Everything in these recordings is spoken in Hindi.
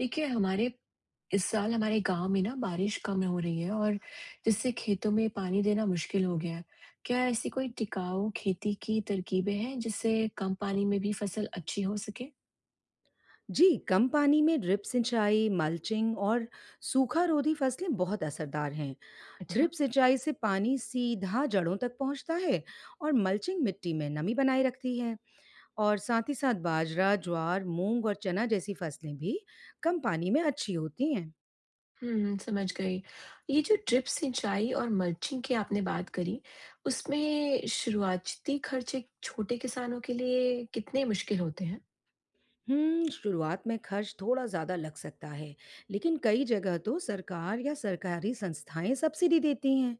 देखिए, हमारे इस साल हमारे गाँव में ना बारिश कम हो रही है और जिससे खेतों में पानी देना मुश्किल हो गया है। क्या ऐसी कोई टिकाऊ खेती की तरकीबें हैं जिससे कम पानी में भी फसल अच्छी हो सके? जी, कम पानी में ड्रिप सिंचाई, मल्चिंग और सूखा रोधी फसलें बहुत असरदार हैं। अच्छा। ड्रिप सिंचाई से पानी सीधा जड़ों तक पहुंचता है और मल्चिंग मिट्टी में नमी बनाए रखती है। और साथ ही साथ बाजरा, ज्वार, मूंग और चना जैसी फसलें भी कम पानी में अच्छी होती हैं। हुँ, समझ गई। ये जो ड्रिप सिंचाई और मल्चिंग की आपने बात करी, उसमें शुरुआती खर्चे छोटे किसानों के लिए कितने मुश्किल होते हैं? शुरुआत में खर्च थोड़ा ज्यादा लग सकता है, लेकिन कई जगह तो सरकार या सरकारी संस्थाएं सब्सिडी देती हैं।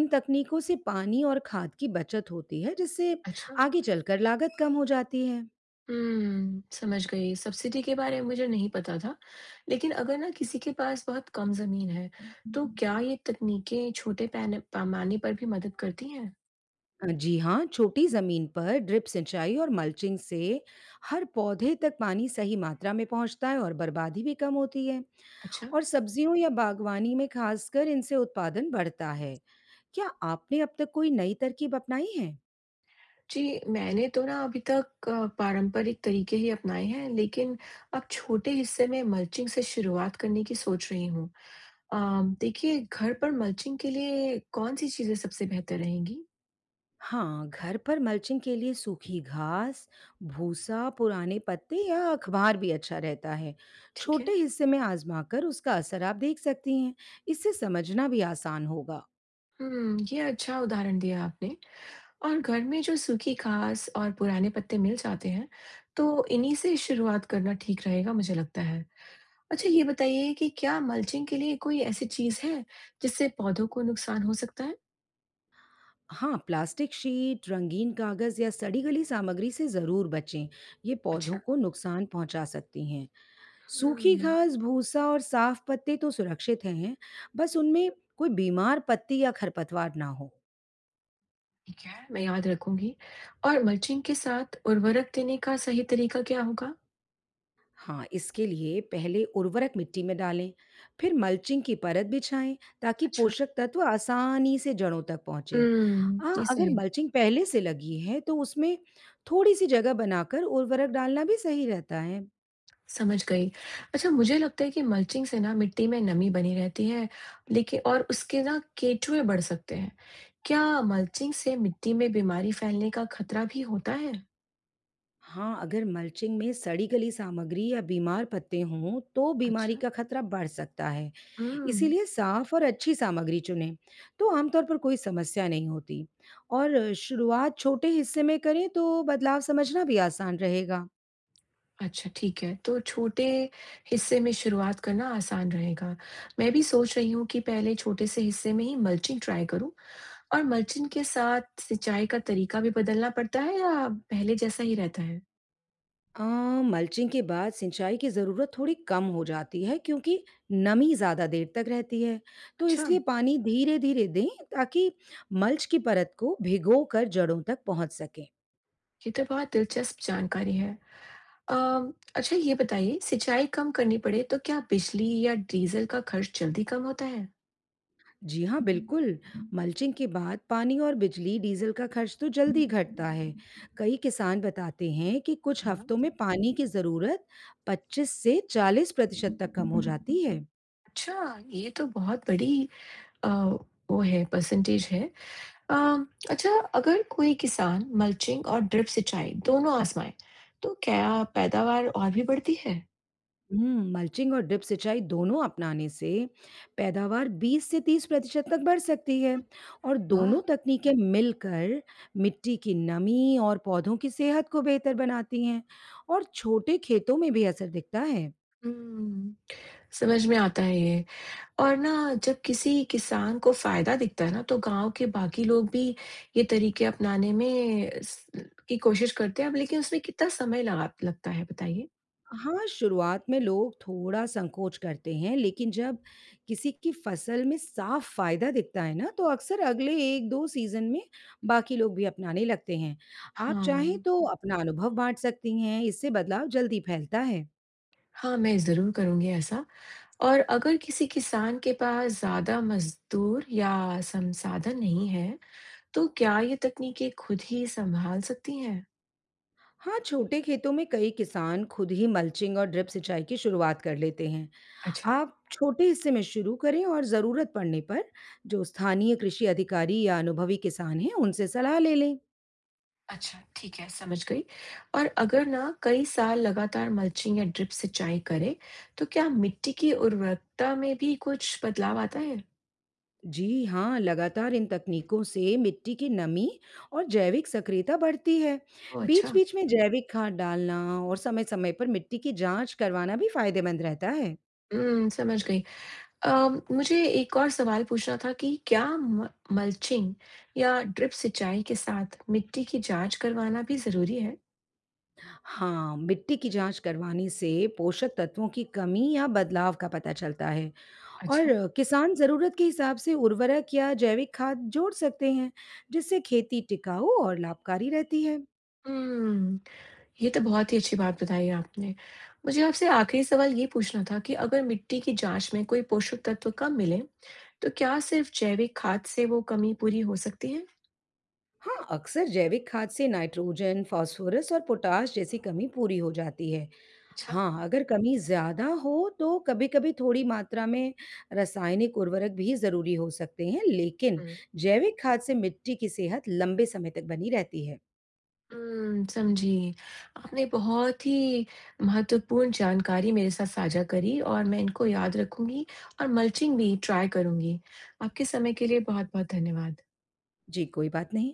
इन तकनीकों से पानी और खाद की बचत होती है जिससे अच्छा। आगे चलकर लागत कम हो जाती है। हुँ, समझ गई। सब्सिडी के बारे में मुझे नहीं पता था। लेकिन अगर ना किसी के पास बहुत कम ज़मीन है, तो क्या ये तकनीकें छोटे पैने पैमाने पर भी मदद करती हैं? जी हाँ, छोटी जमीन पर ड्रिप सिंचाई और मल्चिंग से हर पौधे तक पानी सही मात्रा में पहुंचता है और बर्बादी भी कम होती है। अच्छा। और सब्जियों या बागवानी में खासकर इनसे उत्पादन बढ़ता है। क्या आपने अब तक कोई नई तरकीब अपनाई है? जी, मैंने तो ना अभी तक पारंपरिक तरीके ही अपनाए हैं, लेकिन अब छोटे हिस्से में मल्चिंग से शुरुआत करने की सोच रही हूँ। अ, देखिए, घर पर मल्चिंग के लिए कौन-सी चीज़ें सबसे बेहतर रहेंगी? हाँ, घर पर मल्चिंग के लिए सूखी घास, भूसा, पुराने पत्ते या अखबार भी अच्छा रहता है। ठीक है। छोटे हिस्से में आजमाकर उसका असर आप देख सकती हैं। इससे समझना भी आसान होगा। हुँ, ये अच्छा उदाहरण दिया आपने। और घर में जो सूखी घास और पुराने पत्ते मिल जाते हैं, तो इन्हीं से शुरुआत करना ठीक रहेगा मुझे लगता है। अच्छा, ये बताइए कि क्या मल्चिंग के लिए कोई ऐसी चीज़ है, जिससे पौधों को नुकसान हो सकता है? हाँ, प्लास्टिक शीट, रंगीन कागज या सड़ी गली सामग्री से जरूर बचें। ये पौधों अच्छा। को नुकसान पहुंचा सकती हैं। सूखी हम्म, घास, भूसा और साफ पत्ते तो सुरक्षित हैं, बस उनमें कोई बीमार पत्ती या खरपतवार ना हो। ठीक है, मैं याद रखूंगी। और मल्चिंग के साथ उर्वरक देने का सही तरीका क्या होगा? हाँ, इसके लिए पहले उर्वरक मिट्टी में डालें, फिर मल्चिंग की परत बिछाएं ताकि अच्छा। पोषक तत्व आसानी से जड़ों तक पहुंचे। ये सही अगर है। मल्चिंग पहले से लगी है तो उसमें थोड़ी सी जगह बनाकर उर्वरक डालना भी सही रहता है। समझ गई। अच्छा, मुझे लगता है कि मल्चिंग से ना मिट्टी में नमी बनी रहती है, लेकिन और उसके ना केंचुए बढ़ सकते हैं। क्या मल्चिंग से मिट्टी में बीमारी फैलने का खतरा भी होता है? हाँ, अगर मल्चिंग में सड़ी गली सामग्री या बीमार पत्ते हों तो बीमारी अच्छा। का खतरा बढ़ सकता है। हम्म। इसीलिए साफ और अच्छी सामग्री चुनें, तो आमतौर पर कोई समस्या नहीं होती। और शुरुआत छोटे हिस्से में करें तो बदलाव समझना भी आसान रहेगा। अच्छा, ठीक है, तो छोटे हिस्से में शुरुआत करना आसान रहेगा। मैं भी सोच रही हूँ कि पहले छोटे से हिस्से में ही मल्चिंग ट्राई करूँ। और मल्चिंग के साथ सिंचाई का तरीका भी बदलना पड़ता है या पहले जैसा ही रहता है? अ, मल्चिंग के बाद सिंचाई की ज़रूरत थोड़ी कम हो जाती है क्योंकि नमी ज़्यादा देर तक रहती है, तो अच्छा, इसलिए पानी धीरे-धीरे दें ताकि मल्च की परत को भिगोकर जड़ों तक पहुँच सके। ये तो बहुत दिलचस्प जानकारी है। अच्छा, ये बताइए सिंचाई कम करनी पड़े तो क्या बिजली या डीजल का खर्च जल्दी कम होता है? जी हाँ, बिल्कुल। मल्चिंग के बाद पानी और बिजली, डीज़ल का खर्च तो जल्दी घटता है। कई किसान बताते हैं कि कुछ हाँ, हफ्तों में पानी की ज़रूरत 25 से 40% तक कम हो जाती है। अच्छा, ये तो बहुत बड़ी अ, वो है परसेंटेज है। अच्छा, अगर कोई किसान मल्चिंग और ड्रिप सिंचाई दोनों आजमाए तो क्या पैदावार और भी बढ़ती है? मल्चिंग और ड्रिप सिंचाई दोनों अपनाने से पैदावार 20 से 30% तक बढ़ सकती है और वाह। दोनों तकनीकें मिलकर मिट्टी की नमी और पौधों की सेहत को बेहतर बनाती हैं और छोटे खेतों में भी असर दिखता है। हम्म, समझ में आता है ये। और ना जब किसी किसान को फायदा दिखता है ना, तो गाँव के बाकी लोग भी ये तरीके अपनाने में स की कोशिश करते हैं। अब लेकिन उसमें कितना समय लगा लगता है बताइए? हाँ, शुरुआत में लोग थोड़ा संकोच करते हैं, लेकिन जब किसी की फसल में साफ फ़ायदा दिखता है ना, तो अक्सर अगले 1-2 सीज़न में बाकी लोग भी अपनाने लगते हैं। आप हाँ। चाहें तो अपना अनुभव बाँट सकती हैं, इससे बदलाव जल्दी फैलता है। हाँ, मैं ज़रूर करूँगी ऐसा। और अगर किसी किसान के पास ज़्यादा मज़दूर या संसाधन नहीं है, तो क्या ये तकनीकें खुद ही सँभाल सकती हैं? हाँ, छोटे खेतों में कई किसान खुद ही मल्चिंग और ड्रिप सिंचाई की शुरुआत कर लेते हैं। अच्छा। आप छोटे हिस्से में शुरू करें और ज़रूरत पड़ने पर जो स्थानीय कृषि अधिकारी या अनुभवी किसान हैं, उनसे सलाह ले लें। अच्छा, ठीक है, समझ गई। और अगर ना कई साल लगातार मल्चिंग या ड्रिप सिंचाई करें, तो क्या मिट्टी की उर्वरकता में भी कुछ बदलाव आता है? जी हाँ, लगातार इन तकनीकों से मिट्टी की नमी और जैविक सक्रियता बढ़ती है। ओह! अच्छा। बीच-बीच में जैविक खाद डालना और समय-समय पर मिट्टी की जांच करवाना भी फायदेमंद रहता है। हुँ, समझ गई। अ, मुझे एक और सवाल पूछना था कि क्या म मल्चिंग या ड्रिप सिंचाई के साथ मिट्टी की जाँच करवाना भी ज़रूरी है? हाँ, मिट्टी की जांच करवाने से पोषक तत्वों की कमी या बदलाव का पता चलता है और अच्छा। किसान जरूरत के हिसाब से उर्वरक या जैविक खाद जोड़ सकते हैं, जिससे खेती टिकाऊ और लाभकारी रहती है। हुँ। ये तो बहुत ही अच्छी बात बताई आपने। मुझे आपसे आखिरी सवाल ये पूछना था कि अगर मिट्टी की जाँच में कोई पोषक तत्व कम मिले, तो क्या सिर्फ जैविक खाद से वो कमी पूरी हो सकती है? हाँ, अक्सर जैविक खाद से नाइट्रोजन, फास्फोरस और पोटाश जैसी कमी पूरी हो जाती है। अच्छा। हाँ, अगर कमी ज़्यादा हो तो कभी-कभी थोड़ी मात्रा में रासायनिक उर्वरक भी ज़रूरी हो सकते हैं, लेकिन हुँ। जैविक खाद से मिट्टी की सेहत लंबे समय तक बनी रहती है। हुँ, समझी। आपने बहुत ही महत्वपूर्ण जानकारी मेरे साथ साझा करी और मैं इनको याद रखूँगी और मल्चिंग भी ट्राई करूँगी। आपके समय के लिए बहुत-बहुत धन्यवाद। जी, कोई बात नहीं।